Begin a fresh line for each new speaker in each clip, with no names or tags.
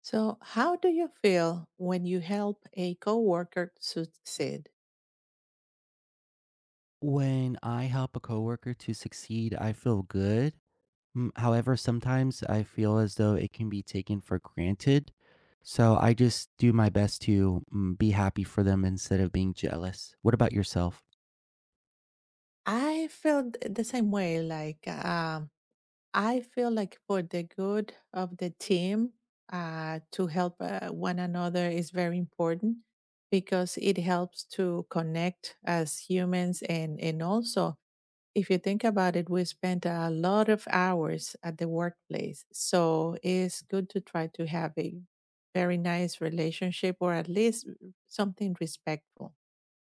So, how do you feel when you help a coworker succeed?
When I help a coworker to succeed, I feel good. However, sometimes I feel as though it can be taken for granted. So I just do my best to be happy for them instead of being jealous. What about yourself?
I feel the same way. Like, I feel like for the good of the team, to help one another is very important because it helps to connect as humans and also if you think about it, we spend a lot of hours at the workplace. So it's good to try to have a very nice relationship or at least something respectful.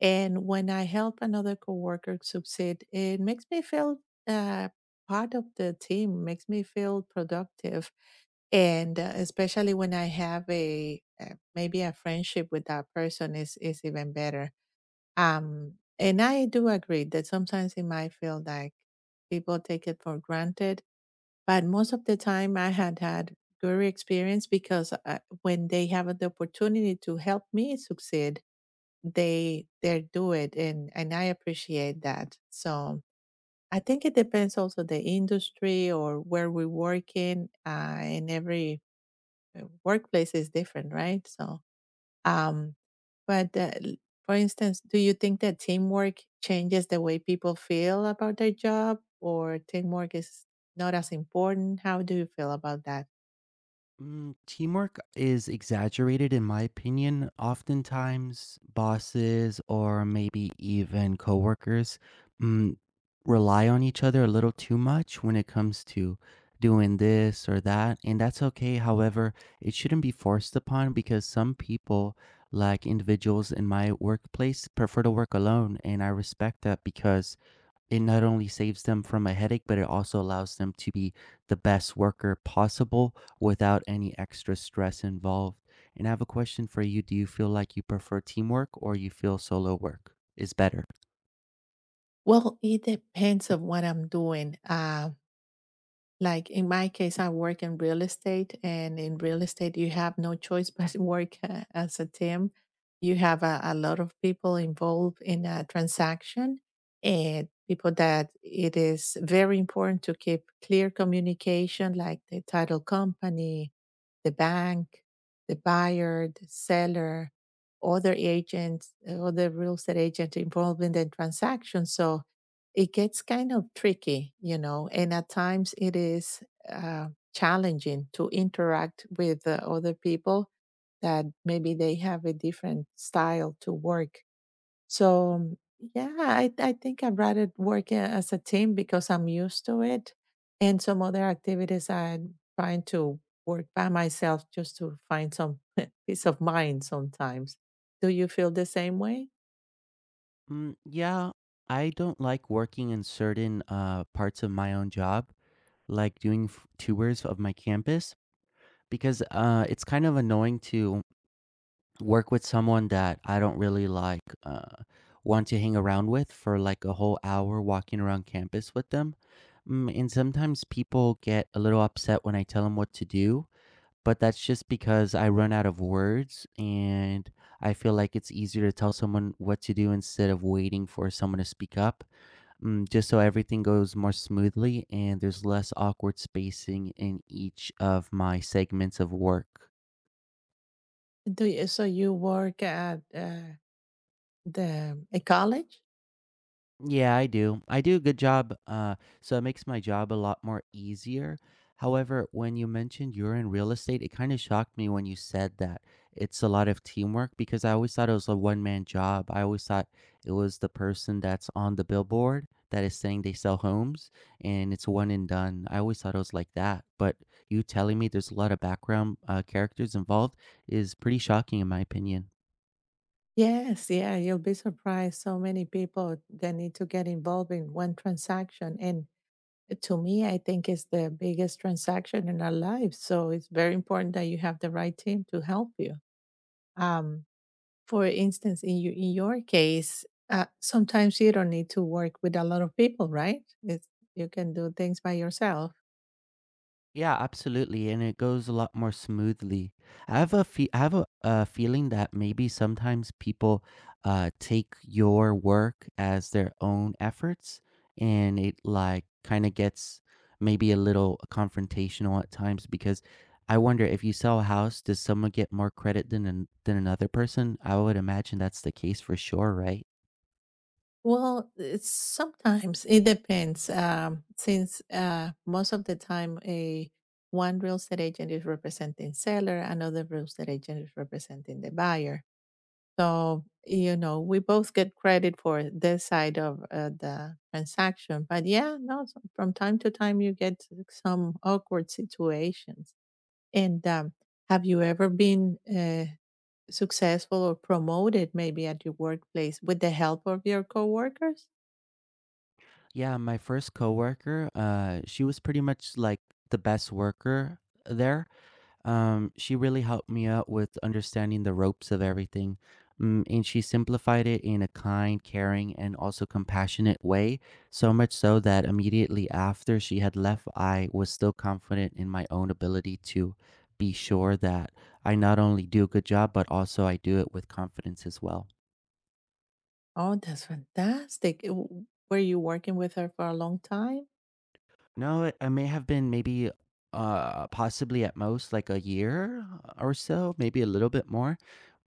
And when I help another coworker succeed, it makes me feel uh, part of the team, makes me feel productive. And especially when I have a maybe a friendship with that person is even better, um, and I do agree that sometimes it might feel like people take it for granted, but most of the time I had had good experience because when they have the opportunity to help me succeed, they do it, and I appreciate that. So I think it depends also the industry or where we work in, and every workplace is different, right? Um, but uh, l- for instance, do you think that teamwork changes the way people feel about their job, or teamwork is not as important? How do you feel about that?
Teamwork is exaggerated, in my opinion. Oftentimes, bosses or maybe even coworkers mm, rely on each other a little too much when it comes to doing this or that, and that's okay. However, it shouldn't be forced upon because some people, like individuals in my workplace, prefer to work alone, and I respect that because it not only saves them from a headache, but it also allows them to be the best worker possible without any extra stress involved. And I have a question for you. Do you feel like you prefer teamwork or you feel solo work is better?
Well, it depends on what I'm doing. Like in my case, I work in real estate, and in real estate, you have no choice but to work as a team. You have a lot of people involved in a transaction, and people that it is very important to keep clear communication, like the title company, the bank, the buyer, the seller, other agents, other real estate agents involved in the transaction. So it gets kind of tricky, you know, and at times it is uh, challenging to interact with other people that maybe they have a different style to work. So, yeah, I think I'd rather work as a team because I'm used to it. And some other activities I'm trying to work by myself just to find some peace of mind sometimes. Do you feel the same way?
Mm, yeah, I don't like working in certain parts of my own job, like doing tours of my campus, because it's kind of annoying to work with someone that I don't really like want to hang around with for like a whole hour walking around campus with them. Mm, and sometimes people get a little upset when I tell them what to do, but that's just because I run out of words and I feel like it's easier to tell someone what to do instead of waiting for someone to speak up, just so everything goes more smoothly and there's less awkward spacing in each of my segments of work.
Do you, so you work at the a college?
Yeah, I do. I do a good job, so it makes my job a lot more easier. However, when you mentioned you're in real estate, it kind of shocked me when you said that it's a lot of teamwork because I always thought it was a one man job. I always thought it was the person that's on the billboard that is saying they sell homes, and it's one and done. I always thought it was like that. But you telling me there's a lot of background characters involved is pretty shocking, in my opinion.
Yes, yeah, you'll be surprised so many people that need to get involved in one transaction. And to me, I think it's the biggest transaction in our lives. So it's very important that you have the right team to help you. Um, for instance, in your case, sometimes you don't need to work with a lot of people, right? It's, you can do things by yourself.
Yeah, absolutely, and it goes a lot more smoothly. I have a I have a feeling that maybe sometimes people take your work as their own efforts, and it like kind of gets maybe a little confrontational at times because I wonder, if you sell a house, does someone get more credit than than another person? I would imagine that's the case for sure, right?
Well, it's sometimes it depends. Since most of the time, a one real estate agent is representing seller, another real estate agent is representing the buyer. So you know, we both get credit for this side of the transaction. But yeah, no, from time to time, you get some awkward situations. And have you ever been successful or promoted, maybe at your workplace, with the help of your coworkers?
Yeah, my first coworker, she was pretty much like the best worker there. She really helped me out with understanding the ropes of everything. Mm, and she simplified it in a kind, caring, and also compassionate way, so much so that immediately after she had left, I was still confident in my own ability to be sure that I not only do a good job, but also I do it with confidence as well.
Oh, that's fantastic. Were you working with her for a long time?
No, it I may have been maybe, possibly at most like a year or so, maybe a little bit more.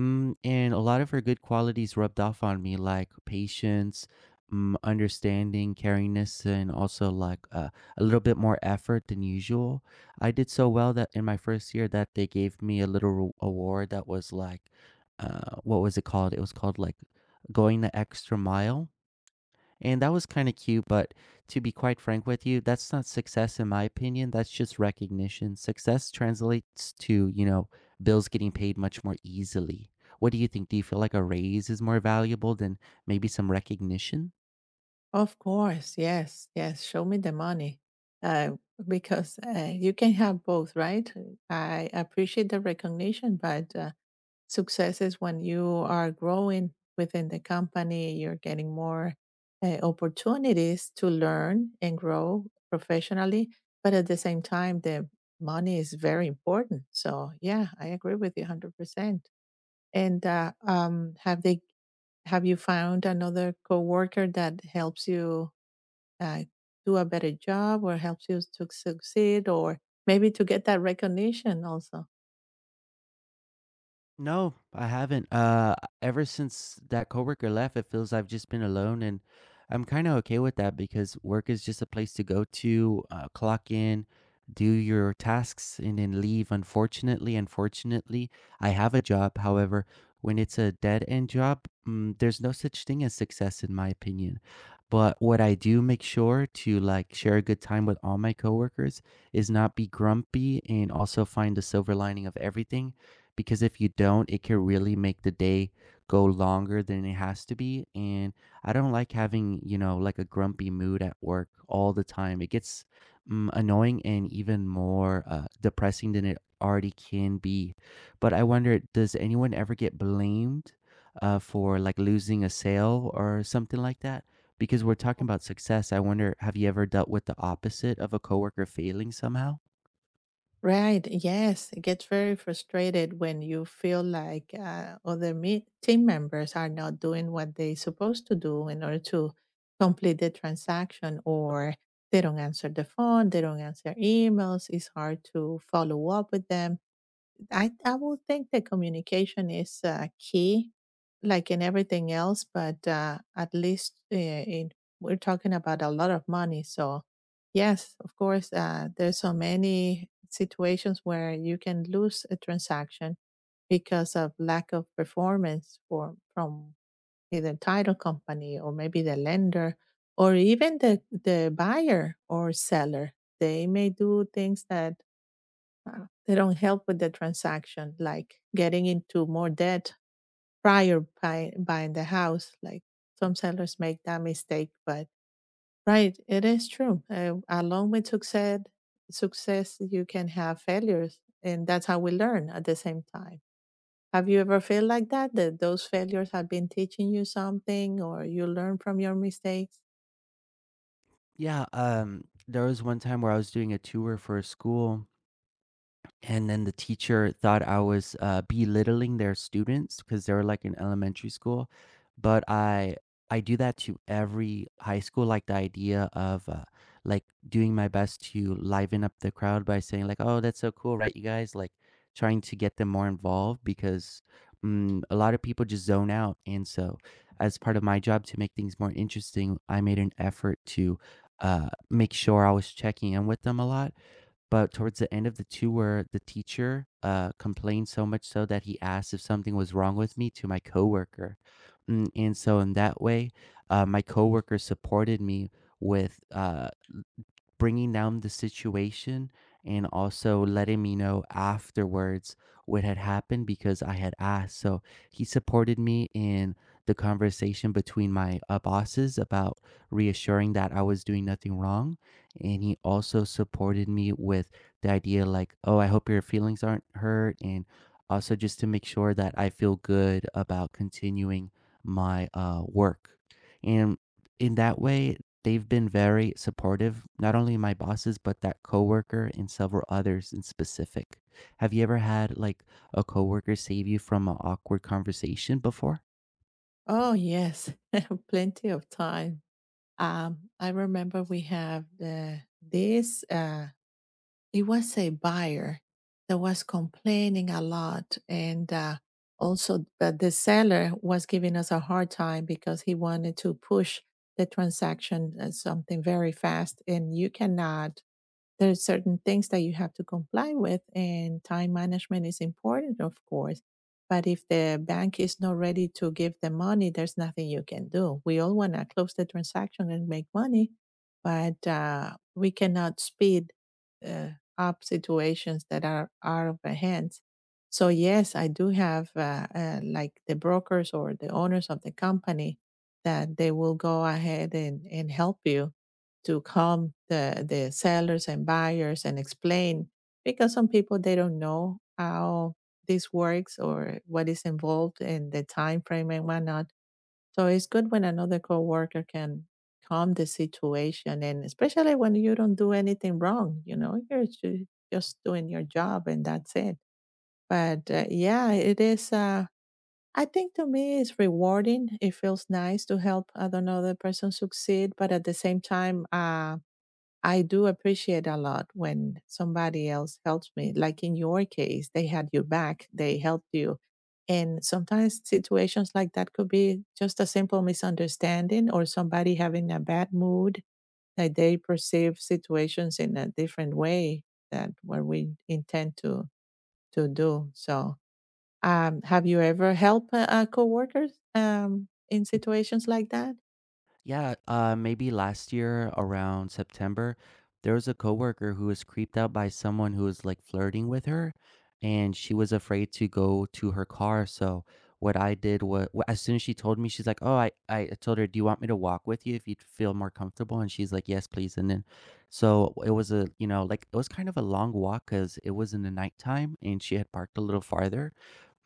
Mm, and a lot of her good qualities rubbed off on me, like patience, understanding, caringness, and also like a little bit more effort than usual. I did so well that in my first year that they gave me a little award that was like, what was it called? It was called like going the extra mile. And that was kind of cute, but to be quite frank with you, that's not success in my opinion. That's just recognition. Success translates to, bills getting paid much more easily. What do you think? Do you feel like a raise is more valuable than maybe some recognition?
Of course, yes, yes. Show me the money. Uh, because you can have both, right? I appreciate the recognition, but success is when you are growing within the company, you're getting more opportunities to learn and grow professionally. But at the same time, the money is very important. So, yeah, I agree with you 100%. And have you found another coworker that helps you, uh, do a better job or helps you to succeed or maybe to get that recognition also?
No, I haven't. Ever since that coworker left, it feels I've just been alone, and I'm kind of okay with that because work is just a place to go to, clock in, do your tasks, and then leave. Unfortunately, unfortunately, I have a job. However, when it's a dead end job, there's no such thing as success, in my opinion. But what I do make sure to like share a good time with all my coworkers is not be grumpy and also find the silver lining of everything, because if you don't, it can really make the day go longer than it has to be. And I don't like having, like a grumpy mood at work all the time. It gets annoying and even more depressing than it already can be. But I wonder, does anyone ever get blamed for like losing a sale or something like that? Because we're talking about success. I wonder, have you ever dealt with the opposite of a coworker failing somehow?
Right, yes, it gets very frustrated when you feel like, other me team members are not doing what they supposed to do in order to complete the transaction, or they don't answer the phone, they don't answer emails, it's hard to follow up with them. I would think that communication is key, like in everything else. But at least we're talking about a lot of money. So yes, of course, there's so many situations where you can lose a transaction because of lack of performance for from either title company or maybe the lender or even the buyer or seller. They may do things that they don't help with the transaction, like getting into more debt prior by buying the house. Like some sellers make that mistake, but right, it is true. Along with success, success you can have failures, and that's how we learn at the same time. Have you ever felt like that? That those failures have been teaching you something, or you learn from your mistakes?
Yeah, there was one time where I was doing a tour for a school, and then the teacher thought I was, belittling their students because they were, like, in elementary school, but I do that to every high school, like, the idea of, like, doing my best to liven up the crowd by saying, like, "Oh, that's so cool, right, you guys?" Like, trying to get them more involved because, a lot of people just zone out, and so as part of my job to make things more interesting, I made an effort to, make sure I was checking in with them a lot, but towards the end of the tour, the teacher, complained so much so that he asked if something was wrong with me to my coworker. Mm, and so in that way, my coworker supported me with, bringing down the situation and also letting me know afterwards what had happened because I had asked. So he supported me in the conversation between my bosses about reassuring that I was doing nothing wrong. And he also supported me with the idea, like, oh, I hope your feelings aren't hurt. And also just to make sure that I feel good about continuing my work. And in that way, they've been very supportive, not only my bosses, but that coworker and several others in specific. Have you ever had like a coworker save you from an awkward conversation before?
Oh yes, plenty of time. I remember we have this. It was a buyer that was complaining a lot and also but the seller was giving us a hard time because he wanted to push the transaction as something very fast and you cannot there are certain things that you have to comply with, and time management is important, of course. But if the bank is not ready to give the money, there's nothing you can do. We all want to close the transaction and make money, but we cannot speed uh, up situations that are out of our hands. So yes, I do have like the brokers or the owners of the company that they will go ahead and help you to calm the sellers and buyers and explain because some people they don't know how this works or what is involved in the time frame and whatnot. So it's good when another coworker can calm the situation and especially when you don't do anything wrong, you know, just doing your job and that's it. But yeah, it is. I think to me it's rewarding. It feels nice to help another person succeed, but at the same time, I do appreciate a lot when somebody else helps me. Like in your case, they had your back, they helped you. And sometimes situations like that could be just a simple misunderstanding or somebody having a bad mood that they perceive situations in a different way that what we intend to do. So, have you ever helped coworkers in situations like that?
Yeah, maybe last year around September, there was a coworker who was creeped out by someone who was like flirting with her, and she was afraid to go to her car. So what I did was, as soon as she told me, she's like, "Oh, I told her, do you want me to walk with you if you'd feel more comfortable?" And she's like, "Yes, please." And then, so it was a like it was kind of a long walk because it was in the nighttime and she had parked a little farther.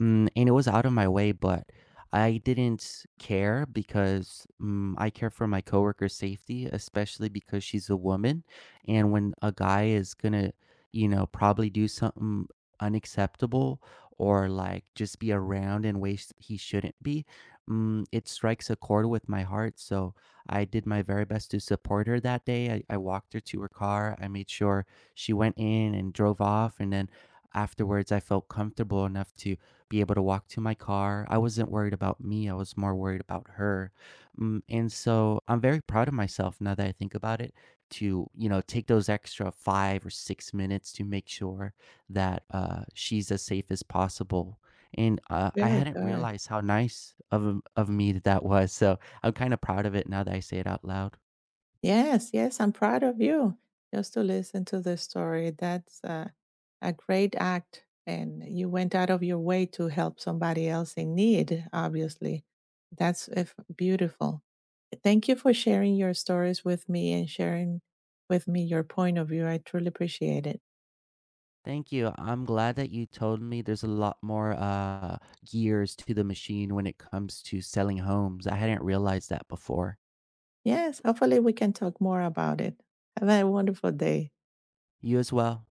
Mm, and it was out of my way, but I didn't care because I care for my coworker's safety, especially because she's a woman. And when a guy is gonna, probably do something unacceptable or like just be around in ways he shouldn't be, it strikes a chord with my heart. So I did my very best to support her that day. I walked her to her car. I made sure she went in and drove off. And then afterwards, I felt comfortable enough to be able to walk to my car. I wasn't worried about me, I was more worried about her. Mm, and so I'm very proud of myself now that I think about it to, take those extra 5 or 6 minutes to make sure that she's as safe as possible. And I
Very
hadn't
good.
realized how nice of of me that that was. So I'm kind of proud of it now that I say it out loud.
Yes, yes, I'm proud of you. Just to listen to the story, that's a great act. And you went out of your way to help somebody else in need, obviously. That's if, beautiful. Thank you for sharing your stories with me and sharing with me your point of view. I truly appreciate it.
Thank you. I'm glad that you told me there's a lot more gears to the machine when it comes to selling homes. I hadn't realized that before.
Yes, hopefully we can talk more about it. Have a wonderful day.
You as well.